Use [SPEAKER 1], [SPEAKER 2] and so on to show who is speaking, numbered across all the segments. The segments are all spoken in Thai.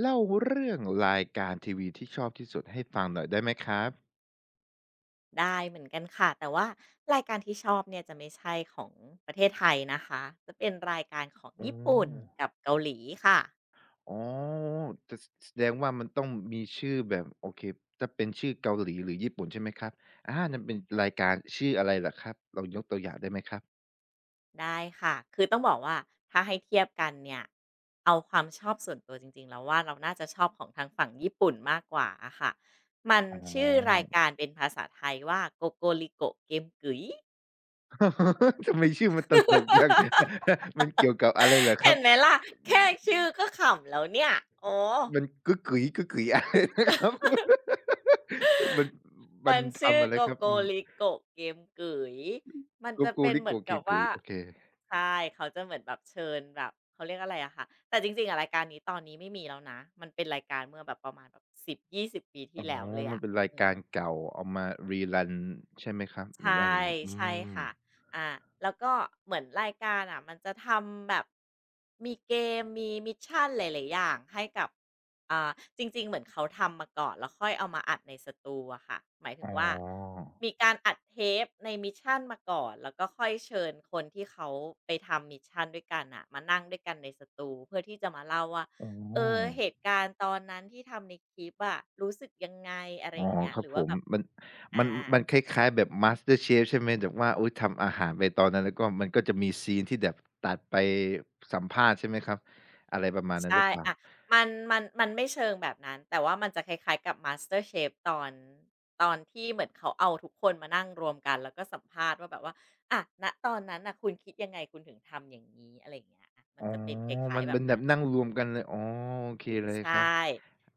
[SPEAKER 1] เล่าเรื่องรายการทีวีที่ชอบที่สุดให้ฟังหน่อยได้ไหมครับ
[SPEAKER 2] ได้เหมือนกันค่ะแต่ว่ารายการที่ชอบเนี่ยจะไม่ใช่ของประเทศไทยนะคะจะเป็นรายการของ
[SPEAKER 1] อ๋
[SPEAKER 2] ญี่ปุ่น
[SPEAKER 1] อ
[SPEAKER 2] กับเกาหลีค่ะ
[SPEAKER 1] อ๋อจะสแสดงว่ามันต้องมีชื่อแบบโอเคถ้าเป็นชื่อเกาหลีหรือญี่ปุ่นใช่ไหมครับอามันเป็นรายการชื่ออะไรเหรอครับลองยกตัวอย่างได้ไหมครับ
[SPEAKER 2] ได้ค่ะคือต้องบอกว่าถ้าให้เทียบกันเนี่ยเอาความชอบส่วนตัวจริงๆแล้วว่าเราน่าจะชอบของทางฝั่งญี่ปุ่นมากกว่าอะค่ะมัน
[SPEAKER 1] อ๋
[SPEAKER 2] ชื่อราย
[SPEAKER 1] อ
[SPEAKER 2] การเป็นภาษาไทยว่าโกโกริโกเกมกุ๋ย
[SPEAKER 1] ทำไมชื่อมันตลกจัง มันเกี่ยวกับอะไรเหรอค
[SPEAKER 2] เห็
[SPEAKER 1] รับ
[SPEAKER 2] นไหมล่ะแค่ชื่อก็ขำแล้วเนี่ยโอ้
[SPEAKER 1] มันก๋อกก๋ยก๋อกก๋ยอะไรนะครับ มันมั
[SPEAKER 2] มั
[SPEAKER 1] น
[SPEAKER 2] นชื่อ
[SPEAKER 1] ทำอะไร
[SPEAKER 2] โก
[SPEAKER 1] ครับ
[SPEAKER 2] โก
[SPEAKER 1] อืม
[SPEAKER 2] r ิโกะเกมก๋ยมัน
[SPEAKER 1] โก
[SPEAKER 2] จะ
[SPEAKER 1] โก
[SPEAKER 2] เป็น
[SPEAKER 1] ริ
[SPEAKER 2] เห
[SPEAKER 1] โก
[SPEAKER 2] มือน
[SPEAKER 1] เก
[SPEAKER 2] กับ
[SPEAKER 1] ก๋
[SPEAKER 2] ว่า
[SPEAKER 1] ยโอเค
[SPEAKER 2] ใช่เขาจะเหมือนแบบเชิญแบบเขาเรียกอะไรอะค่ะแต่จริงๆอะรายการนี้ตอนนี้ไม่มีแล้วนะมันเป็นรายการเมื่อแบบประมาณแบบสิบยี่ส2 0ปี
[SPEAKER 1] อ๋
[SPEAKER 2] ที่
[SPEAKER 1] อ
[SPEAKER 2] แล้วเลย
[SPEAKER 1] มัน
[SPEAKER 2] อะ
[SPEAKER 1] เป็นราย
[SPEAKER 2] อื
[SPEAKER 1] กา
[SPEAKER 2] ม
[SPEAKER 1] รเก่าเอามา re-run ใช่ไหมครับ
[SPEAKER 2] ใช
[SPEAKER 1] หรือว่า
[SPEAKER 2] ่
[SPEAKER 1] ยังไงอื
[SPEAKER 2] ใช่
[SPEAKER 1] ม
[SPEAKER 2] ค่ะอาแล้วก็เหมือนรายการอะมันจะทำแบบมีเกมมีมิชชันหลายๆอย่างให้กับอ่าจริงๆเหมือนเขาทำมาก่อนแล้วค่อยเอามาอัดในสตูอะค่ะหมายถึ
[SPEAKER 1] อ๋
[SPEAKER 2] งว่า
[SPEAKER 1] อ
[SPEAKER 2] มีการอัดเทปในมิชชันมาก่อนแล้วก็ค่อยเชิญคนที่เขาไปทำมิชชันด้วยกันอ่ะมานั่งด้วยกันในสตูเพื่อที่จะมาเล่าว่า
[SPEAKER 1] อ๋อ
[SPEAKER 2] เออเหตุการณ์ตอนนั้นที่ทำในคลิปอะรู้สึกยังไงอะไร
[SPEAKER 1] อ๋อ
[SPEAKER 2] อย่างเงี้ย
[SPEAKER 1] ค
[SPEAKER 2] ห
[SPEAKER 1] รับ
[SPEAKER 2] รือ
[SPEAKER 1] ผ
[SPEAKER 2] ว่า
[SPEAKER 1] ม
[SPEAKER 2] แบบ
[SPEAKER 1] มัน
[SPEAKER 2] อา
[SPEAKER 1] มันคล้ายๆแบบ MasterChef ใช่ไหมแบบว่าอุ๊ยทำอาหารไปตอนนั้นแล้วก็มันก็จะมีซีนที่แบบตัดไปสัมภาษณ์ใช่ไหมครับอะไรประมาณนั้นหรื
[SPEAKER 2] ใช่
[SPEAKER 1] อเปล่า
[SPEAKER 2] อะมันไม่เชิงแบบนั้น แต่ว่ามันจะคล้ายๆกับ MasterChef ตอนที่เหมือนเขาเอาทุกคนมานั่งรวมกัน แล้วก็สัมภาษณ์ว่าแบบว่าอะณตอนนั้นน่ะคุณคิดยังไง คุณถึงทำอย่างงี้ อะไรอย่างเงี้ยอะมั
[SPEAKER 1] อ๋
[SPEAKER 2] น
[SPEAKER 1] อ
[SPEAKER 2] จะเป็นคล้า
[SPEAKER 1] มั
[SPEAKER 2] ย
[SPEAKER 1] น
[SPEAKER 2] ๆแบ
[SPEAKER 1] เป็
[SPEAKER 2] บ
[SPEAKER 1] นแบบ
[SPEAKER 2] นั้น
[SPEAKER 1] นั่งรวมกันเลยอ๋อโอเคเลย
[SPEAKER 2] ใช
[SPEAKER 1] ครับ
[SPEAKER 2] ่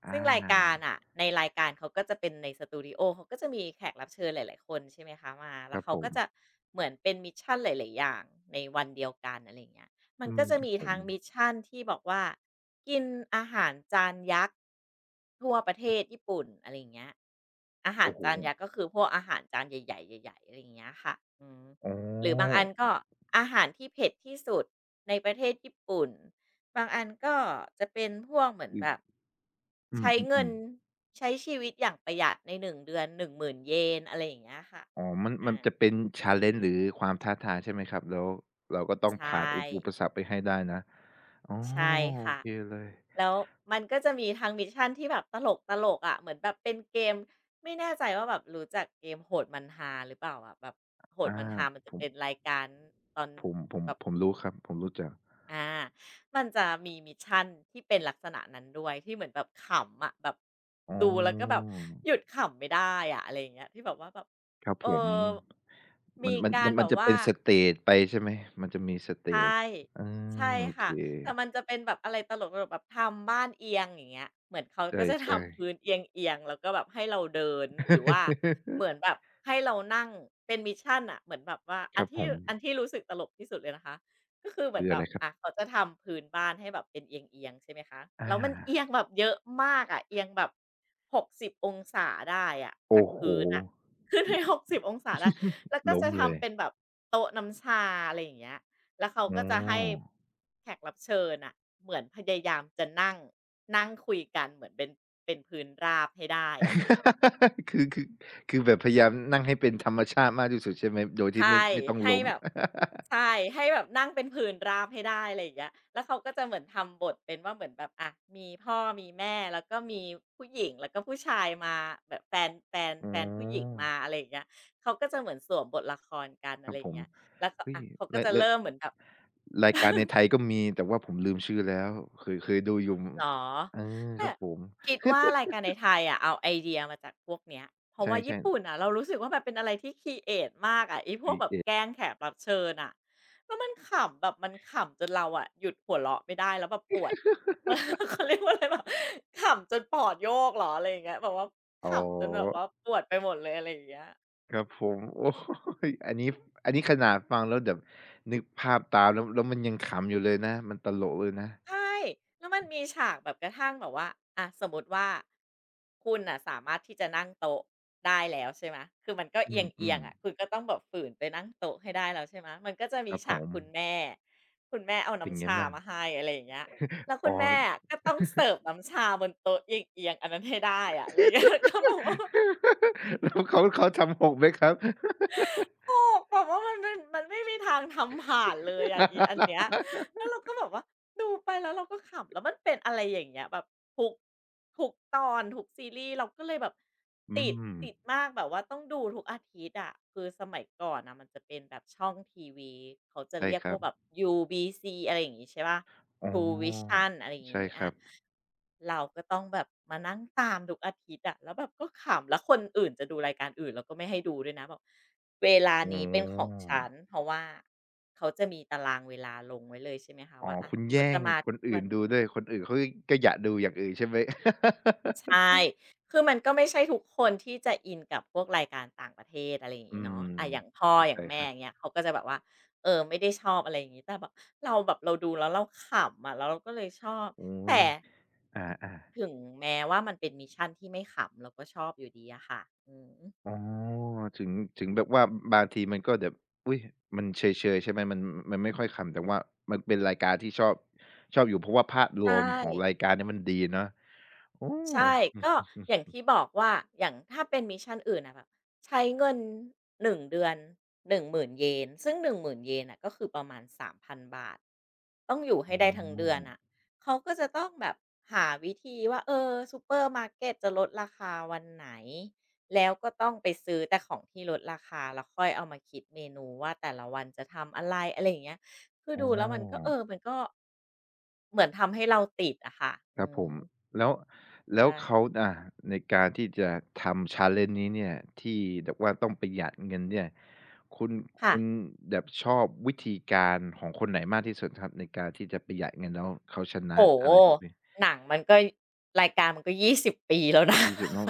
[SPEAKER 1] อา
[SPEAKER 2] ซึ่งรายการอะในรายการเขาก็จะเป็นในสตูดิโอเขาก็จะมีแขกรับเชิญหลายๆคนใช่ไหมคะมา
[SPEAKER 1] ค
[SPEAKER 2] แล้ว
[SPEAKER 1] รับ
[SPEAKER 2] เขา
[SPEAKER 1] ผม
[SPEAKER 2] ก็จะเหมือนเป็นมิชชันหลายๆอย่างในวันเดียวกันอะไรอย่างเงี้ยมัน
[SPEAKER 1] อื
[SPEAKER 2] ก็
[SPEAKER 1] ม
[SPEAKER 2] จะ
[SPEAKER 1] ครับ
[SPEAKER 2] มี
[SPEAKER 1] ผม
[SPEAKER 2] ทั้งมิชชันที่บอกว่ากินอาหารจานยักษ์ทั่วประเทศญี่ปุ่นอะไรอย่างเงี้ยอาหาร
[SPEAKER 1] โอ้โฮ
[SPEAKER 2] จานยักษ์ก็คือพวกอาหารจานใหญ่ๆใหญ่ๆอะไรอย่างเงี้ยค่ะอืม
[SPEAKER 1] อ๋
[SPEAKER 2] หรือบางอั
[SPEAKER 1] อ
[SPEAKER 2] นก็อาหารที่เผ็ดที่สุดในประเทศญี่ปุ่น บางอันก็จะเป็นพวกเหมือน
[SPEAKER 1] อือ
[SPEAKER 2] แบบ
[SPEAKER 1] อื
[SPEAKER 2] ใช้เงิ
[SPEAKER 1] ม
[SPEAKER 2] น
[SPEAKER 1] ๆๆ
[SPEAKER 2] ใช้ชีวิตอย่างประหยัดใน1เดือนห0 0 0นเยนอะไรอย่างเงี้ยค่ะ
[SPEAKER 1] อ๋อมันมั
[SPEAKER 2] อ่า
[SPEAKER 1] นจะเป็น challenge หรือความท้าทายใช่ไหมครับ แล้วเราก็ต้อง
[SPEAKER 2] ใช่
[SPEAKER 1] ผ่านอุปสรรคไปให้ได้นะอ๋อ
[SPEAKER 2] ใช่
[SPEAKER 1] โอ
[SPEAKER 2] ค่ะ
[SPEAKER 1] เคเลย
[SPEAKER 2] แล้วมันก็จะมีทางมิชชั่นที่แบบตลกๆอะเหมือนแบบเป็นเกมไม่แน่ใจว่าแบบรู้จักเกมโหดมันฮาหรือเปล่าอะแบบโหด
[SPEAKER 1] อา
[SPEAKER 2] มันฮามัน
[SPEAKER 1] ผ
[SPEAKER 2] จะ
[SPEAKER 1] ม
[SPEAKER 2] เป็นรายการตอน
[SPEAKER 1] ผมผม
[SPEAKER 2] แบบ
[SPEAKER 1] ผมรู้ครับ ผมรู้จัก
[SPEAKER 2] อ่ามันจะมีมิชชันที่เป็นลักษณะนั้นด้วยที่เหมือนแบบขำอะแบบ
[SPEAKER 1] อ๋
[SPEAKER 2] ดูแล้วก็แบบ
[SPEAKER 1] อ
[SPEAKER 2] หยุดขำไม่ได้อะอะไรอย่างเงี้ยที่แบบว่าแบบ
[SPEAKER 1] ครับ
[SPEAKER 2] เออ
[SPEAKER 1] ผม มั
[SPEAKER 2] มี
[SPEAKER 1] นมัน
[SPEAKER 2] การแบ
[SPEAKER 1] มัน
[SPEAKER 2] บ
[SPEAKER 1] จะ
[SPEAKER 2] ว่า
[SPEAKER 1] เป็นสเตจไปใช่ไหม มันจะมีสเต
[SPEAKER 2] ใช
[SPEAKER 1] จ
[SPEAKER 2] ่
[SPEAKER 1] อา
[SPEAKER 2] ใช่
[SPEAKER 1] โอเค
[SPEAKER 2] ค่ะแต่มันจะเป็นแบบอะไรตลกๆแบบทำบ้านเอียงอย่างเงี้ยเหมือนเขาก็จะ
[SPEAKER 1] ใช่
[SPEAKER 2] ทำพื้น
[SPEAKER 1] ๆ
[SPEAKER 2] เอียงๆแล้วก็แบบให้เราเดินหรือว่าเห มือนแบบให้เรานั่งเป็นมิชชันน่ะเหมือนแบบว่า
[SPEAKER 1] ค
[SPEAKER 2] อัน
[SPEAKER 1] รับผ
[SPEAKER 2] ที่
[SPEAKER 1] ม
[SPEAKER 2] อันที่รู้สึกตลกที่สุดเลยนะคะก็คือเหมือ
[SPEAKER 1] คื
[SPEAKER 2] น
[SPEAKER 1] อ
[SPEAKER 2] แบ
[SPEAKER 1] อะไร
[SPEAKER 2] บ
[SPEAKER 1] ครั
[SPEAKER 2] อะ
[SPEAKER 1] บ
[SPEAKER 2] เขาจะทำพื้นบ้านให้แบบเป็นเอียงๆใช่ไหมคะ
[SPEAKER 1] อา
[SPEAKER 2] แล้วมันเอียงแบบเยอะมากอะเอียงแบบหกสิบองศาได้อะจา
[SPEAKER 1] โอ้
[SPEAKER 2] ก
[SPEAKER 1] โฮ
[SPEAKER 2] พื้นอะขึ้นไป 6บองศาได้แล้ว ก็
[SPEAKER 1] ล้ม
[SPEAKER 2] จะ
[SPEAKER 1] เลย
[SPEAKER 2] ทำเป็นแบบโต๊ะน้ำชาอะไรอย่างเงี้ย แล้วเขา
[SPEAKER 1] อ๋
[SPEAKER 2] ก็
[SPEAKER 1] อ
[SPEAKER 2] จะให้แขกรับเชิญอะเหมือนพยายามจะนั่งนั่งคุยกันเหมือนเป็นพื้นราบให้ได้อะ
[SPEAKER 1] คือคือคือแบบพยายามนั่งให้เป็นธรรมชาติมากที่สุดใช่ไหมโดยที่ไม่
[SPEAKER 2] ใช่
[SPEAKER 1] ไม่ต้อง
[SPEAKER 2] ให้
[SPEAKER 1] ล้ม
[SPEAKER 2] แบบใช่ให้แบบนั่งเป็นพื้นราบให้ได้อะไรอย่างเงี้ยแล้วเขาก็จะเหมือนทำบทเป็นว่าเหมือนแบบอะมีพ่อมีแม่แล้วก็มีผู้หญิงแล้วก็ผู้ชายมาแบบแฟนแฟน
[SPEAKER 1] อ๋
[SPEAKER 2] แฟนผู้หญิง
[SPEAKER 1] อ
[SPEAKER 2] มาอะไรอย่างเงี้ยเขาก็จะเหมือนสวมบทละครกัน
[SPEAKER 1] ค
[SPEAKER 2] อะ
[SPEAKER 1] รั
[SPEAKER 2] ไร
[SPEAKER 1] บ
[SPEAKER 2] อ
[SPEAKER 1] ผ
[SPEAKER 2] ย่าง
[SPEAKER 1] ม
[SPEAKER 2] เงี้ยแล้วก็
[SPEAKER 1] เฮ้ย
[SPEAKER 2] อะเขาก็
[SPEAKER 1] ราย
[SPEAKER 2] จะ
[SPEAKER 1] และ
[SPEAKER 2] เริ่มเหมือนแบบ
[SPEAKER 1] รายการในไทยก็มีแต่ว่าผมลืมชื่อแล้วเคยดูอยู่
[SPEAKER 2] เหรอ
[SPEAKER 1] เออค
[SPEAKER 2] แต่
[SPEAKER 1] รับผม
[SPEAKER 2] คิดว่ารายการในไทยอะเอาไอเดียมาจากพวกเนี้ยเพราะ
[SPEAKER 1] ใช
[SPEAKER 2] ว่า
[SPEAKER 1] ่
[SPEAKER 2] ญี่ปุ่น
[SPEAKER 1] ๆ
[SPEAKER 2] อ่ะเรารู้สึกว่าแบบเป็นอะไรที่ครีเอทมากอะไอพ
[SPEAKER 1] b
[SPEAKER 2] วกแบบ
[SPEAKER 1] เอช
[SPEAKER 2] แกล้งแขกรับเชิญอ่ะแล้วมันขำแบบมันขำจนเราอะหยุดหัวเราะไม่ได้แล้วแบบปวด เขาเรียกว่าอะไรแบบขำจนปอดโยกเหรออะไรอย่างเงี้ยแบบว่า
[SPEAKER 1] อ๋
[SPEAKER 2] ขำจนแบบ
[SPEAKER 1] อ
[SPEAKER 2] ว่าปวดไปหมดเลยอะไรอย่างเงี้ย
[SPEAKER 1] ครับผม โอ้โอันนี้อันนี้ขนาดฟังแล้วแบบนึกภาพตามแล้วมันยังขำอยู่เลยนะมันตลกเลยนะ
[SPEAKER 2] ใช่แล้วมันมีฉากแบบกระทั่งแบบว่าอะสมมติว่าคุณน่ะสามารถที่จะนั่งโต๊ะได้แล้วใช่ไหมคือมันก็เอ
[SPEAKER 1] อืม
[SPEAKER 2] ี
[SPEAKER 1] อื
[SPEAKER 2] ยง
[SPEAKER 1] ม
[SPEAKER 2] ๆอะคุณก็ต้องแบบฝืนไปนั่งโต๊ะให้ได้แล้วใช่ไหมมันก็จะ
[SPEAKER 1] ค
[SPEAKER 2] มี
[SPEAKER 1] รับผ
[SPEAKER 2] ฉาก
[SPEAKER 1] ม
[SPEAKER 2] คุณแม่เอา
[SPEAKER 1] เป็น
[SPEAKER 2] น้ำ
[SPEAKER 1] ไง
[SPEAKER 2] ชา
[SPEAKER 1] บ้าง
[SPEAKER 2] มาให้อะไรอย่างเงี้ยแล้ว
[SPEAKER 1] อ๋
[SPEAKER 2] คุ
[SPEAKER 1] อ
[SPEAKER 2] ณแม่อะก็ต้องเสิร์ฟน้ำชาบนโต๊ะเอียงๆอันนั้นให้ได้อะอะไรอย่างเงี้ย ก็แบบว่า
[SPEAKER 1] แล้วเขาทำหกไหมครับ
[SPEAKER 2] ถอกแบบว่ามันเป็นมันไม่มีทางทำผ่านเลยอะอีอันเนี้ย แล้วเราก็แบบว่าดูไปแล้วเราก็ขำแล้วมันเป็นอะไรอย่างเงี้ยแบบทุกทุกตอนทุกซีรีส์เราก็เลยแบบ
[SPEAKER 1] อื
[SPEAKER 2] ติด
[SPEAKER 1] ม
[SPEAKER 2] ติดมากแบบว่าต้องดูทุกอาทิตย์อะคือสมัยก่อนน่ะมันจะเป็นแบบช่องทีวีเขาจะ
[SPEAKER 1] ใช่
[SPEAKER 2] เรียก
[SPEAKER 1] ค
[SPEAKER 2] พ
[SPEAKER 1] รั
[SPEAKER 2] ว
[SPEAKER 1] บ
[SPEAKER 2] กแบบ UBC อะไรอย่างงี้ใช่เปล่า
[SPEAKER 1] อ๋
[SPEAKER 2] True
[SPEAKER 1] อ
[SPEAKER 2] Vision อะไรอย่าง
[SPEAKER 1] ใช่
[SPEAKER 2] งี้
[SPEAKER 1] ค
[SPEAKER 2] อา
[SPEAKER 1] รับ
[SPEAKER 2] เราก็ต้องแบบมานั่งตามทุกอาทิตย์อะแล้วแบบก็ขำแล้วคนอื่นจะดูรายการอื่นเราก็ไม่ให้ดูด้วยนะบอกเวลา
[SPEAKER 1] อ๋
[SPEAKER 2] นี้เป็นของ
[SPEAKER 1] อ
[SPEAKER 2] ฉันเพราะว่าเขาจะมีตารางเวลาลงไว้เลยใช่ไหมคะ
[SPEAKER 1] อ๋อ
[SPEAKER 2] ว่าอะ
[SPEAKER 1] คุณ
[SPEAKER 2] เขา
[SPEAKER 1] แย่
[SPEAKER 2] จะ
[SPEAKER 1] ง
[SPEAKER 2] มา
[SPEAKER 1] คน
[SPEAKER 2] ทุก
[SPEAKER 1] อื่
[SPEAKER 2] วั
[SPEAKER 1] น
[SPEAKER 2] น
[SPEAKER 1] ดู
[SPEAKER 2] นี้
[SPEAKER 1] ด้วยคนอื่นเขาก็ก็อยากดูอย่างอื่นใช่ไหม
[SPEAKER 2] ใช่ คือมันก็ไม่ใช่ทุกคนที่จะอินกับพวกรายการต่างประเทศอะไรอย่าง
[SPEAKER 1] อื
[SPEAKER 2] นี้
[SPEAKER 1] ม
[SPEAKER 2] เนาะอะอย่างพ่อ
[SPEAKER 1] เข้า
[SPEAKER 2] อ
[SPEAKER 1] ใจ
[SPEAKER 2] ย่าง
[SPEAKER 1] ค
[SPEAKER 2] แม่
[SPEAKER 1] รั
[SPEAKER 2] อย่าง
[SPEAKER 1] บ
[SPEAKER 2] เงี้ยเขาก็จะแบบว่าเออไม่ได้ชอบอะไรอย่างนี้แต่แบบเราแบบเราดูแล้วเราขำอะแล้วเราก็เลยชอบ
[SPEAKER 1] โอ๊ย
[SPEAKER 2] แต่
[SPEAKER 1] อา
[SPEAKER 2] ถึงแม้ว่ามันเป็นมิชชันที่ไม่ขำเราก็ชอบอยู่ดีอะค่ะอืม
[SPEAKER 1] ๆอ๋อถึงถึงแบบว่าบางทีมันก็แบบอุ๊ยมันเชยๆใช่ไหมมันไม่ค่อยขำแต่ว่ามันเป็นรายการที่ชอบอยู่เพราะว่าภาพรว
[SPEAKER 2] ใช่
[SPEAKER 1] มของรายการเนี่ยมันดีเนาะโอ้
[SPEAKER 2] ใช่ก็อย่างที่บอกว่าอย่างถ้าเป็นมิชชันอื่นอะแบบใช้เงิน1เดือน1 0 0 0นเยนซึ่ง1 0 0 0นเยนน่ะก็คือประมาณ3,000บาทต้องอยู่
[SPEAKER 1] อ๋
[SPEAKER 2] ให้ได้ทั้งเดือน
[SPEAKER 1] อ
[SPEAKER 2] น่ะเขาก็จะต้องแบบหาวิธีว่าเออซูเปอร์มาร์เกตจะลดราคาวันไหนแล้วก็ต้องไปซื้อแต่ของที่ลดราคาแล้วค่อยเอามาคิดเมนูว่าแต่ละวันจะทำอะไรอะไรอย่างเงี้ยคือ
[SPEAKER 1] อ๋อ
[SPEAKER 2] ดูแล้วมันก็เออมันก็เหมือนทำให้เราติดอะค่ะ
[SPEAKER 1] ครั
[SPEAKER 2] อื
[SPEAKER 1] บผ
[SPEAKER 2] ม
[SPEAKER 1] ม แล้วแล้
[SPEAKER 2] ใช่
[SPEAKER 1] วเขาอ่าในการที่จะทำ challenge นี้เนี่ย ที่แบบว่าต้องประหยัดเงินเนี่ย คุณ
[SPEAKER 2] ค่ะ
[SPEAKER 1] คุณแบบชอบวิธีการของคนไหนมากที่สุดครับในการที่จะประหยัดเงินแล้วเขาชนะ
[SPEAKER 2] โอ้โฮ
[SPEAKER 1] อะไรพวกนี้
[SPEAKER 2] หนังมันก็รายการมันก็20ปีแล้วนะ
[SPEAKER 1] รู้สึกว่า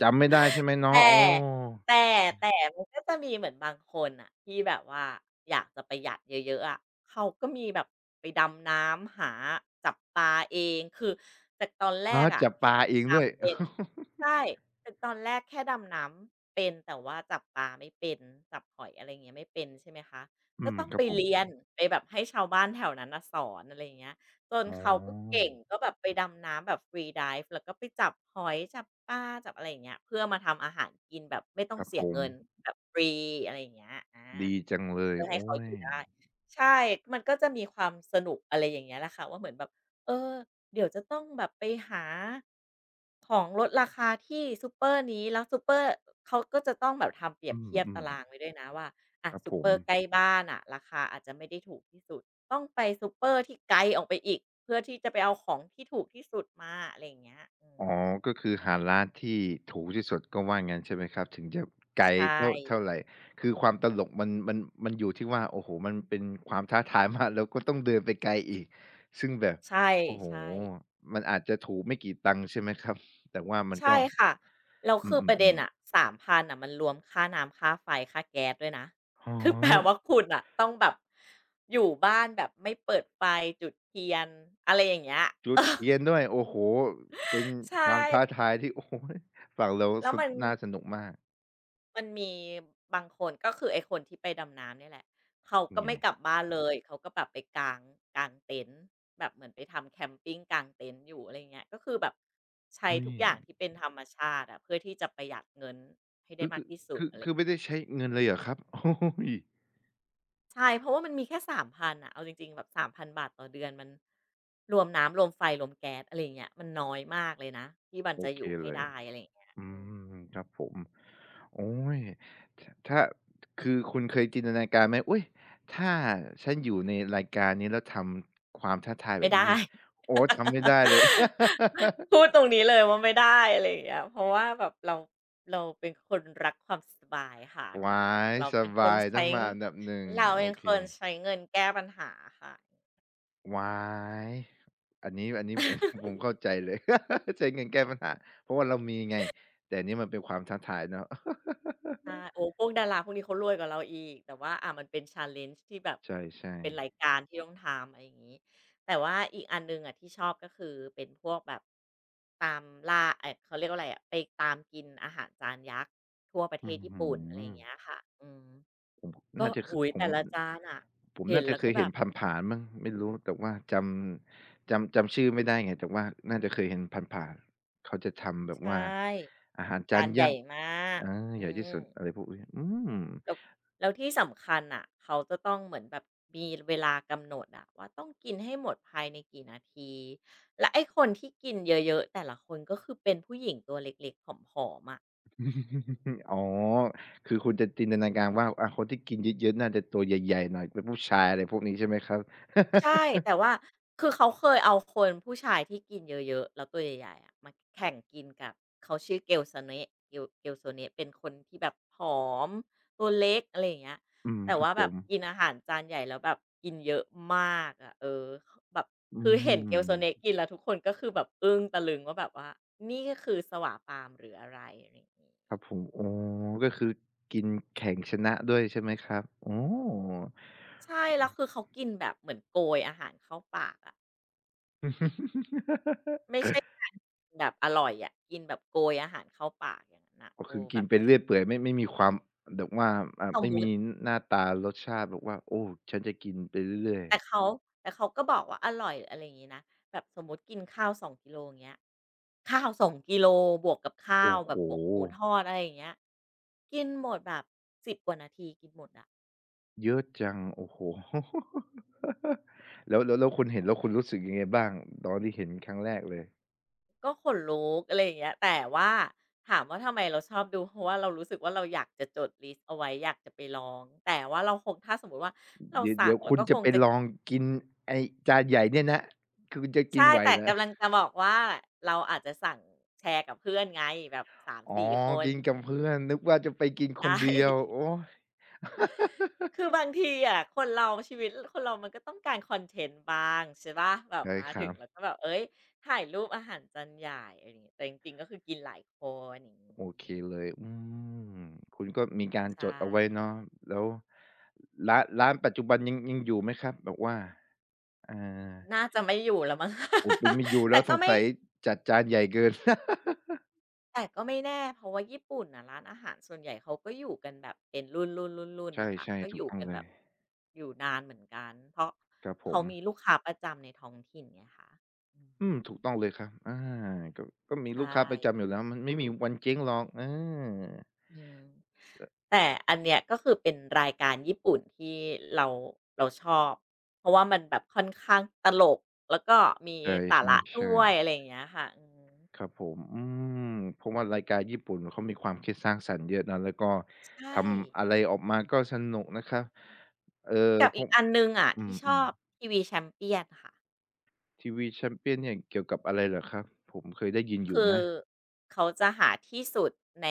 [SPEAKER 1] จำไม่ได้ใช่ไหม
[SPEAKER 2] แต่
[SPEAKER 1] เนาะอ๋อ
[SPEAKER 2] แต่แต่มันก็จะมีเหมือนบางคนน่ะที่แบบว่าอยากจะประหยัดเยอะๆอะเขาก็มีแบบไปดำน้ำหาจับปลาเองคือจากตอนแร
[SPEAKER 1] อ๋อ
[SPEAKER 2] กอะ
[SPEAKER 1] จับป
[SPEAKER 2] แค่
[SPEAKER 1] ลาเอง
[SPEAKER 2] ดำ
[SPEAKER 1] ด้วย
[SPEAKER 2] น้ำ เป็น ใช่แต่ตอนแรกแค่ดำน้ำเป็นแต่ว่าจับปลาไม่เป็นจับหอยอะไรอย่างเงี้ยไม่เป็นใช่ไหมคะ
[SPEAKER 1] อื
[SPEAKER 2] ก็
[SPEAKER 1] ม
[SPEAKER 2] ต้อง
[SPEAKER 1] ครั
[SPEAKER 2] ไป
[SPEAKER 1] บผม
[SPEAKER 2] เรียนไปแบบให้ชาวบ้านแถวนั้นน่ะสอนอะไรอย่างเงี้ยจน
[SPEAKER 1] อ๋
[SPEAKER 2] เขาก็
[SPEAKER 1] อ
[SPEAKER 2] เก่งก็แบบไปดำน้ำแบบ Free Dive แล้วก็ไปจับหอยจับปลาจับอะไรอย่างเงี้ยเพื่อมาทำอาหารกินแบบไม่ต้อ
[SPEAKER 1] ค
[SPEAKER 2] ง
[SPEAKER 1] รับ
[SPEAKER 2] เสี
[SPEAKER 1] ผ
[SPEAKER 2] ย
[SPEAKER 1] ม
[SPEAKER 2] เงินแบบฟรีอะไรอย่างเงี้ยอา
[SPEAKER 1] ดีจังเลย
[SPEAKER 2] เพื่อให้
[SPEAKER 1] โอ๊
[SPEAKER 2] เขาอ
[SPEAKER 1] ย
[SPEAKER 2] ยู่ได้ใช่มันก็จะมีความสนุกอะไรอย่างเงี้ยแหละค่ะว่าเหมือนแบบเออเดี๋ยวจะต้องแบบไปหา ของลดราคาที่ซูเปอร์นี้แล้วซูเปอร์เขาก็จะต้องแบบทำเปรีย
[SPEAKER 1] อื
[SPEAKER 2] บเทียบ
[SPEAKER 1] ม
[SPEAKER 2] ตา
[SPEAKER 1] ๆ
[SPEAKER 2] รางไว้ด้วยนะว่าอะ
[SPEAKER 1] ครับ
[SPEAKER 2] ซู
[SPEAKER 1] ผ
[SPEAKER 2] เป
[SPEAKER 1] ม
[SPEAKER 2] อร์ใกล้บ้านอ่ะราคาอาจจะไม่ได้ถูกที่สุดต้องไปซูเปอร์ที่ไกลออกไปอีกเพื่อที่จะไปเอาของที่ถูกที่สุดมาอะไรอย่างเงี้ยอื
[SPEAKER 1] อ๋อ
[SPEAKER 2] ม
[SPEAKER 1] ก็คือหาร้านที่ถูกที่สุดก็ว่างั้นใช่ไหมครับถึงจะไกล
[SPEAKER 2] ใช่
[SPEAKER 1] เท่าไรคือความตลกมันมันอยู่ที่ว่าโอ้โฮมันเป็นความท้าทายมากแล้วก็ต้องเดินไปไกลอีกซึ่งแบบ
[SPEAKER 2] ใช่
[SPEAKER 1] โอ้โฮ
[SPEAKER 2] ใช่
[SPEAKER 1] มันอาจจะถูกไม่กี่ตังค์ใช่ไหมครับแต่ว่ามันก็
[SPEAKER 2] ใช่ค่ะแล้ว
[SPEAKER 1] อื
[SPEAKER 2] คือประเด็น
[SPEAKER 1] มๆๆ
[SPEAKER 2] อะ3,000น่ะมันรวมค่าน้ำค่าไฟค่าแก๊สด้วยนะ
[SPEAKER 1] อ๋อ
[SPEAKER 2] คือแปลว่าคุณอ่ะต้องแบบอยู่บ้านแบบไม่เปิดไฟจุดเทียนอะไรอย่างเงี้ย
[SPEAKER 1] จุดเทียนด้วยโอ้โฮเป็น
[SPEAKER 2] ใช
[SPEAKER 1] ความท้า
[SPEAKER 2] ่
[SPEAKER 1] ทายที่ โอ้โฮฟังแล้ว
[SPEAKER 2] แล้ว
[SPEAKER 1] ส
[SPEAKER 2] มัน
[SPEAKER 1] น่าสนุกมาก
[SPEAKER 2] มันมีบางคนก็คือไอ้คนที่ไปดำน้ำเนี่ยแหละเขา
[SPEAKER 1] เป็น
[SPEAKER 2] ก็
[SPEAKER 1] ไง
[SPEAKER 2] ไม่กลับบ้านเลยเขาก็แบบไปกางเต็นท์แบบเหมือนไปทำแคมปิงกางเต็นท์อยู่อะไรเงี้ยก็คือแบบใช้
[SPEAKER 1] อุ๊ย
[SPEAKER 2] ทุกอย่างที่เป็นธรรมชาติอะเพื่อที่จะประหยัดเงินให้ได้
[SPEAKER 1] คือ
[SPEAKER 2] มาก
[SPEAKER 1] คือ
[SPEAKER 2] ที่สุด
[SPEAKER 1] คือ
[SPEAKER 2] อะไร
[SPEAKER 1] คื
[SPEAKER 2] อ
[SPEAKER 1] อ
[SPEAKER 2] ย่าง
[SPEAKER 1] ไม่
[SPEAKER 2] เงี้
[SPEAKER 1] ได้
[SPEAKER 2] ย
[SPEAKER 1] ใช้เงินเลยเหรอครับ โอ้โฮ
[SPEAKER 2] ใช่เพราะว่ามันมีแค่สามพันอะเอาจริงๆแบบ3,000 บาทต่อเดือนมันรวมน้ำรวมไฟรวมแก๊สอะไรอย่างเงี้ยมันน้อยมากเลยนะที่มัน
[SPEAKER 1] โอ
[SPEAKER 2] จะอ
[SPEAKER 1] เค
[SPEAKER 2] ยู่ให้
[SPEAKER 1] เลย
[SPEAKER 2] ได้อะไรอย่างเงี้ย
[SPEAKER 1] อื
[SPEAKER 2] อืม
[SPEAKER 1] มครับผมโอ้ยถถ้าคือคุณเคยจินตนาการไหมอุ๊ยถ้าฉันอยู่ในรายการนี้แล้วทำความท้าทายแบ
[SPEAKER 2] ไม่
[SPEAKER 1] บนี้
[SPEAKER 2] ได้
[SPEAKER 1] นี่โอ้ทำไม่ได้เลย
[SPEAKER 2] พูดตรงนี้เลยว่าไม่ได้อะไรอย่างเงี้ยเพราะว่าแบบเราเราเป็นคนรักความสบายค่ะอย่าง
[SPEAKER 1] ว้า
[SPEAKER 2] งี้
[SPEAKER 1] ย
[SPEAKER 2] เรา
[SPEAKER 1] ส
[SPEAKER 2] เป็นคน
[SPEAKER 1] บายต้
[SPEAKER 2] ใช้
[SPEAKER 1] องมาอันดับหนึ่ง
[SPEAKER 2] เรา
[SPEAKER 1] โอ
[SPEAKER 2] เป็น
[SPEAKER 1] เค
[SPEAKER 2] คนใช้เงินแก้ปัญหาค่ะ
[SPEAKER 1] ว้ายอันนี้ผม ผมเข้าใจเลย ใช้เงินแก้ปัญหาเพราะว่าเรามีไงแต่อันนี้มันเป็นความท้าทายเนาะ
[SPEAKER 2] ใช่โอ้พวกดาราพวกนี้เขารวยกว่าเราอีกแต่ว่าอ่ามันเป็น challenge ที่แบบ
[SPEAKER 1] ใช่
[SPEAKER 2] เป็นราย
[SPEAKER 1] ๆ
[SPEAKER 2] การที่ต้องทำอะไรอย่างงี้แต่ว่าอีกอันหนึ่งอะที่ชอบก็คือเป็นพวกแบบตามล่าเอ๊ยเขาเรียกว่าอะไรอะไปตามกินอาหารจานยักษ์ทั่วประเท
[SPEAKER 1] อื้
[SPEAKER 2] ศ
[SPEAKER 1] อ
[SPEAKER 2] ญี่
[SPEAKER 1] ฮือ
[SPEAKER 2] ปุ่นอะไรอย่างเงี้ยค่ะอืม
[SPEAKER 1] ผม
[SPEAKER 2] ก็
[SPEAKER 1] น่าจะค
[SPEAKER 2] โอ้โฮ
[SPEAKER 1] ผม
[SPEAKER 2] แต่ละจานอะ
[SPEAKER 1] ผม
[SPEAKER 2] เห็
[SPEAKER 1] น่า
[SPEAKER 2] น
[SPEAKER 1] จะ
[SPEAKER 2] แล้ว
[SPEAKER 1] เค
[SPEAKER 2] ก็
[SPEAKER 1] ย
[SPEAKER 2] แบ
[SPEAKER 1] เห็น
[SPEAKER 2] บ
[SPEAKER 1] ผ่านๆมั้งไม่รู้แต่ว่าจำชื่อไม่ได้ไงแต่ว่าน่าจะเคยเห็นผ่านๆเขาจะทำแบบ
[SPEAKER 2] ใช่
[SPEAKER 1] ว่าอาหารจา
[SPEAKER 2] จา
[SPEAKER 1] น
[SPEAKER 2] นให
[SPEAKER 1] ยั
[SPEAKER 2] ญ่
[SPEAKER 1] กษ์
[SPEAKER 2] มาก
[SPEAKER 1] อา
[SPEAKER 2] อื
[SPEAKER 1] ใหญ่ที่
[SPEAKER 2] ม
[SPEAKER 1] สุดอะไรพวกนี้อืม
[SPEAKER 2] แล้วแล้วที่สำคัญอ่ะเขาจะต้องเหมือนแบบมีเวลากำหนดอ่ะว่าต้องกินให้หมดภายในกี่นาทีและไอ้คนที่กินเยอะๆแต่ละคนก็คือเป็นผู้หญิงตัวเล็กๆผอมๆอะ
[SPEAKER 1] อ๋อคือคุณจะจินตนาการว่าอ่าคนที่กินเยอะๆน่าจะตัวใหญ่ๆหน่อยเป็นผู้ชายอะไรพวกนี้ใช่ไหมครับ
[SPEAKER 2] ใช่ แต่ว่าคือเขาเคยเอาคนผู้ชายที่กินเยอะๆแล้วตัวใหญ่ๆอะมาแข่งกินกับเขาชื่อเ e l โ s o n è เ e ลเกลโซเน è เป็นคนที่แบบผอมตัวเล็กอะไรอย่างเงี้ย
[SPEAKER 1] อืม
[SPEAKER 2] แต่
[SPEAKER 1] ครับ
[SPEAKER 2] ว่า
[SPEAKER 1] ผ
[SPEAKER 2] แบบ
[SPEAKER 1] ม
[SPEAKER 2] กินอาหารจานใหญ่แล้วแบบกินเยอะมากอะเออคแบบ
[SPEAKER 1] อื
[SPEAKER 2] คือเห็นเ e l โ s o n è
[SPEAKER 1] ม
[SPEAKER 2] กินแล้วทุกคนก็คือแบบอึ้งตะลึงว่าแบบว่านี่ก็คือสวาปามหรืออะไรอะไรอย่างงี้
[SPEAKER 1] ครับผมอ๋อก็คือกินแข่งชนะด้วยใช่ไหมครับอ๋อ
[SPEAKER 2] ใช่แล้วคือเขากินแบบเหมือนโกยอาหารเข้าปากอะ ไม่ใช่การแบบอร่อยอะกินแบบโกยอาหารเข้าปากอย่างนั้นน่ะ
[SPEAKER 1] ก็
[SPEAKER 2] เอ
[SPEAKER 1] คือ
[SPEAKER 2] อแบ
[SPEAKER 1] กิน
[SPEAKER 2] บ
[SPEAKER 1] ไปเรื่อยเปื่อยไม่มีความแบบว่าอ่า
[SPEAKER 2] สม
[SPEAKER 1] ไม่
[SPEAKER 2] มุ
[SPEAKER 1] มี
[SPEAKER 2] ติ
[SPEAKER 1] หน้าตารสชาติแบบว่าโอ้ฉันจะกินไปเรื่อย
[SPEAKER 2] แต่
[SPEAKER 1] ๆ
[SPEAKER 2] เขาแต่เขาก็บอกว่าอร่อยอะไรอย่างงี้นะแบบสมมุติกินข้าว2กิโลอย่างเงี้ยข้าว2กิโลบวกกับข้า
[SPEAKER 1] โอ้
[SPEAKER 2] ว
[SPEAKER 1] โฮ
[SPEAKER 2] แบบบวกหมูทอดอะไรอย่างเงี้ยกินหมดแบบสิบกว่านาทีกินหมดอะ
[SPEAKER 1] เยอะจังโอ้โฮ แล้วคุณเห็นแล้วคุณรู้สึกยังไงบ้างตอนที่เห็นครั้งแรกเลย
[SPEAKER 2] ก็ขนลุกอะไรอย่างเงี้ยแต่ว่าถามว่าทำไมเราชอบดูเพราะว่าเรารู้สึกว่าเราอยากจะจดลิสต์เอาไว้อยากจะไปลองแต่ว่าเราคงถ้าสมมุติว่าเรา
[SPEAKER 1] เดี๋ยว
[SPEAKER 2] สั่
[SPEAKER 1] เดี๋ย
[SPEAKER 2] ง
[SPEAKER 1] ว
[SPEAKER 2] เรา
[SPEAKER 1] คุณ
[SPEAKER 2] ก็ค
[SPEAKER 1] จะ
[SPEAKER 2] ง
[SPEAKER 1] ไป
[SPEAKER 2] จะ
[SPEAKER 1] ลองกินไอ้จานใหญ่เนี่ยนะคุณจะกิน
[SPEAKER 2] ใช่
[SPEAKER 1] ไหว
[SPEAKER 2] แต่
[SPEAKER 1] เหรอ
[SPEAKER 2] กำลังจะบอกว่าเราอาจจะสั่งแชร์กับเพื่อนไงแบบ
[SPEAKER 1] อ๋อ
[SPEAKER 2] 3-4คน
[SPEAKER 1] กินกับเพื่อนนึกว่าจะไปกินคน
[SPEAKER 2] ใช่
[SPEAKER 1] เดียวโอ๊ย
[SPEAKER 2] คือบางทีอะคนเราชีวิตคนเรามันก็ต้องการคอนเทนต์บ้างใช่เปล่าแบบ
[SPEAKER 1] ใช่
[SPEAKER 2] มา
[SPEAKER 1] ค
[SPEAKER 2] ถึ
[SPEAKER 1] รั
[SPEAKER 2] ง
[SPEAKER 1] บ
[SPEAKER 2] แล้วก็แบบเอ้ยถ่ายรูปอาหารจานใหญ่อะไรอย่างงี้แต่จริงๆก็คือกินหลายคนอย่
[SPEAKER 1] โอ
[SPEAKER 2] าง
[SPEAKER 1] เค
[SPEAKER 2] งี้
[SPEAKER 1] เลยอืมคุณก็มีการ
[SPEAKER 2] ใช่
[SPEAKER 1] จดเอาไว้เนาะแล้วร้านปัจจุบันยังอยู่ไหมครับแบบว่าอา
[SPEAKER 2] น่าจะไม่อยู่แล้วมั้ง
[SPEAKER 1] โอ้เป็ นไม่อยู่
[SPEAKER 2] แต่
[SPEAKER 1] แล้วส
[SPEAKER 2] ก็
[SPEAKER 1] ง
[SPEAKER 2] ไม่
[SPEAKER 1] สัยจัดจานใหญ่เกิน
[SPEAKER 2] แต่ก็ไม่แน่เพราะว่าญี่ปุ่นน่ะร้านอาหารส่วนใหญ่เขาก็อยู่กันแบบเป็นรุ่นๆๆๆน่ะค่ะ
[SPEAKER 1] ใช่
[SPEAKER 2] ก็
[SPEAKER 1] ๆ
[SPEAKER 2] อ
[SPEAKER 1] ถูก
[SPEAKER 2] ยู่
[SPEAKER 1] ต้อง
[SPEAKER 2] กัน
[SPEAKER 1] เล
[SPEAKER 2] แบ
[SPEAKER 1] ย
[SPEAKER 2] บอยู่นานเหมือนกันเพราะ
[SPEAKER 1] ครับผ
[SPEAKER 2] เขา
[SPEAKER 1] ม
[SPEAKER 2] มีลูกค้าประจำในท้องถิ่นไงคะอืม
[SPEAKER 1] อืม ถูกต้องเลยครับอาก็มี
[SPEAKER 2] ใช่
[SPEAKER 1] ลูกค้าประจำอยู่แล้วมันไม่มีวันเจ๊งหรอกเออ
[SPEAKER 2] อืมแต่อันเนี้ยก็คือเป็นรายการญี่ปุ่นที่เราเราชอบเพราะว่ามันแบบค่อนข้างตลกแล้วก็มี
[SPEAKER 1] ใช
[SPEAKER 2] สาระด้
[SPEAKER 1] ่
[SPEAKER 2] วย
[SPEAKER 1] ๆๆ
[SPEAKER 2] อะไรอย่างเงี้ยค่ะอืม
[SPEAKER 1] ครับผมอืมผมว่ารายการญี่ปุ่นเขามีความคิดสร้างสรรค์เยอะนะแล้วก็ท
[SPEAKER 2] ใช่
[SPEAKER 1] ำอะไรออกมาก็สนุกนะครับเอ่อ
[SPEAKER 2] กับ
[SPEAKER 1] ผ
[SPEAKER 2] อีก
[SPEAKER 1] ม
[SPEAKER 2] อันหนึ่งอะ
[SPEAKER 1] อื
[SPEAKER 2] ที่ชอ
[SPEAKER 1] ม
[SPEAKER 2] บ
[SPEAKER 1] ๆ
[SPEAKER 2] TV ชม a ปี้ย n ค่ะ
[SPEAKER 1] TV Champion เนี่ยเกี่ยวกับอะไรเหรอครับผมเคยได้ยินอยู่
[SPEAKER 2] คือ
[SPEAKER 1] นะ
[SPEAKER 2] เขาจะหาที่สุดใน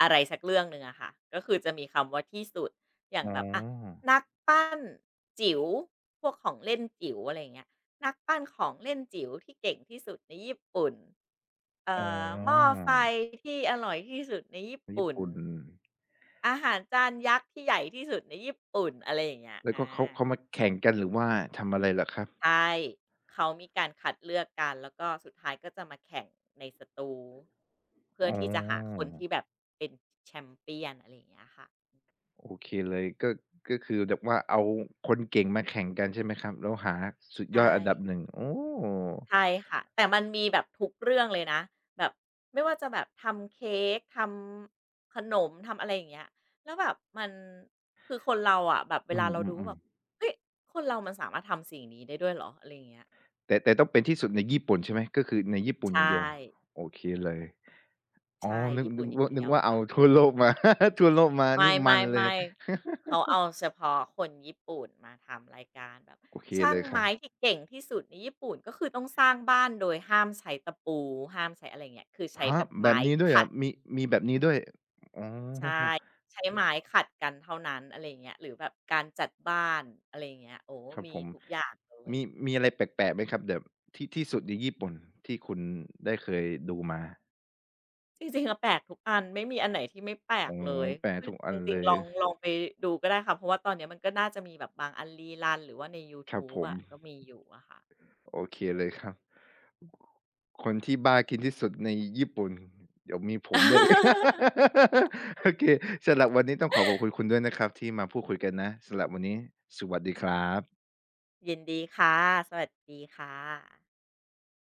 [SPEAKER 2] อะไรสักเรื่องหนึ่งอะค่ะก็คือจะมีคำว่าที่สุดอย่าง
[SPEAKER 1] อ๋
[SPEAKER 2] แบบอะ
[SPEAKER 1] อ
[SPEAKER 2] นักปั้นจิ๋วพวกของเล่นจิ๋วอะไรอย่างเงี้ยนักปั้นของเล่นจิ๋วที่เก่งที่สุดในญี่ปุ่นเอ่
[SPEAKER 1] อ๋
[SPEAKER 2] หม้อ
[SPEAKER 1] อ
[SPEAKER 2] ไฟที่อร่อยที่สุดในญี่
[SPEAKER 1] ญี่
[SPEAKER 2] ปุ่น
[SPEAKER 1] ปุ่น
[SPEAKER 2] อาหารจานยักษ์ที่ใหญ่ที่สุดในญี่ปุ่นอะไรอย่างเงี้ย
[SPEAKER 1] แล้วก็
[SPEAKER 2] อา
[SPEAKER 1] เขามาแข่งกันหรือว่าทำอะไรเหรอครับ
[SPEAKER 2] ใช่เขามีการคัดเลือกกันแล้วก็สุดท้ายก็จะมาแข่งในสตูเพื่
[SPEAKER 1] อ๋
[SPEAKER 2] อที่จะหาค
[SPEAKER 1] อ
[SPEAKER 2] นที่แบบเป็นแชมเปียนอะไรอย่างเงี้ยค่ะ
[SPEAKER 1] โอเคเลยก็ก็คือแบบว่าเอาคนเก่งมาแข่งกันใช่ไหมครับแล้วหาสุดยอด
[SPEAKER 2] ใช่
[SPEAKER 1] อันดับหนึ่งโอ้
[SPEAKER 2] ใช่ค่ะแต่มันมีแบบทุกเรื่องเลยนะแบบไม่ว่าจะแบบทำเค้กทำขนมทำอะไรอย่างเงี้ยแล้วแบบมันคือคนเราอะแบบเว
[SPEAKER 1] อื
[SPEAKER 2] ลาเราดู
[SPEAKER 1] ม
[SPEAKER 2] แบบ
[SPEAKER 1] ๆๆ
[SPEAKER 2] เฮ้ยคนเรามันสามารถทำสิ่งนี้ได้ด้วยเหรออะไรอย่างเงี้ย
[SPEAKER 1] แต่ต้องเป็นที่สุดในญี่ปุ่นใช่ไหมก็คือในญี่ปุ่นอ
[SPEAKER 2] ใช่
[SPEAKER 1] ย่างเดียวโอเคเลยอ๋อ
[SPEAKER 2] ใช่ญี่ปุ่นอย่าง
[SPEAKER 1] นึ
[SPEAKER 2] เดี
[SPEAKER 1] ก
[SPEAKER 2] ยว
[SPEAKER 1] ว่าเอา
[SPEAKER 2] ค่ะ
[SPEAKER 1] ทั่วโลกมา ทั่วโลกมา
[SPEAKER 2] ไม่
[SPEAKER 1] นี่มั
[SPEAKER 2] ๆ่
[SPEAKER 1] นเลย
[SPEAKER 2] ไม่ เขาเอาเฉพาะคนญี่ปุ่นมาทำรายการแบบ
[SPEAKER 1] โอเค
[SPEAKER 2] ช่า
[SPEAKER 1] เล
[SPEAKER 2] ง
[SPEAKER 1] ยครั
[SPEAKER 2] ไม้
[SPEAKER 1] บ
[SPEAKER 2] ที่เก่งที่สุดในญี่ปุ่นก็คือต้องสร้างบ้านโดยห้ามใช้ตะปูห้ามใช้อะไรเงี้ยคือใช้
[SPEAKER 1] ฮะ
[SPEAKER 2] แบบ
[SPEAKER 1] แบ
[SPEAKER 2] ไม้
[SPEAKER 1] บนี้ด้วยเหร
[SPEAKER 2] ขั
[SPEAKER 1] อ
[SPEAKER 2] ด
[SPEAKER 1] มีมีแบบนี้ด้วยอ๋อ
[SPEAKER 2] ใช่ใช้ไม้ขัดกันเท่านั้นอะไรเงี้ยหรือแบบการจัดบ้านอะไรเงี้ยโอ้
[SPEAKER 1] ครับ
[SPEAKER 2] มี
[SPEAKER 1] ผม
[SPEAKER 2] ทุกอย่างเลย
[SPEAKER 1] มีมีอะไรแปลกๆไหมครับแบบที่สุดในญี่ปุ่นที่คุณได้เคยดูมา
[SPEAKER 2] จริงๆอะแปลกทุกอันไม่มีอันไหนที่ไม่แปล
[SPEAKER 1] อ๋อ
[SPEAKER 2] กเลย
[SPEAKER 1] แปลทุกอั
[SPEAKER 2] จ
[SPEAKER 1] นเล
[SPEAKER 2] ริงๆ
[SPEAKER 1] ย
[SPEAKER 2] ลองลองไปดูก็ได้ค่ะเพราะว่าตอนเนี้ยมันก็น่าจะมีแบบบางอันรีรันหรือว่าในยู
[SPEAKER 1] ครับ
[SPEAKER 2] ทูบ
[SPEAKER 1] ผม
[SPEAKER 2] อะก็มีอยู่อะค่ะ
[SPEAKER 1] โอเคเลยครับ คนที่บ้ากินที่สุดในญี่ปุ่นเดี๋ยวมีผมด้วย โอเคสำหรับวันนี้ต้องขอขอบคุณคุณด้วยนะครับที่มาพูดคุยกันนะสำหรับวันนี้สวัสดีครับ
[SPEAKER 2] ยินดีค่ะ สวัสดีค่ะ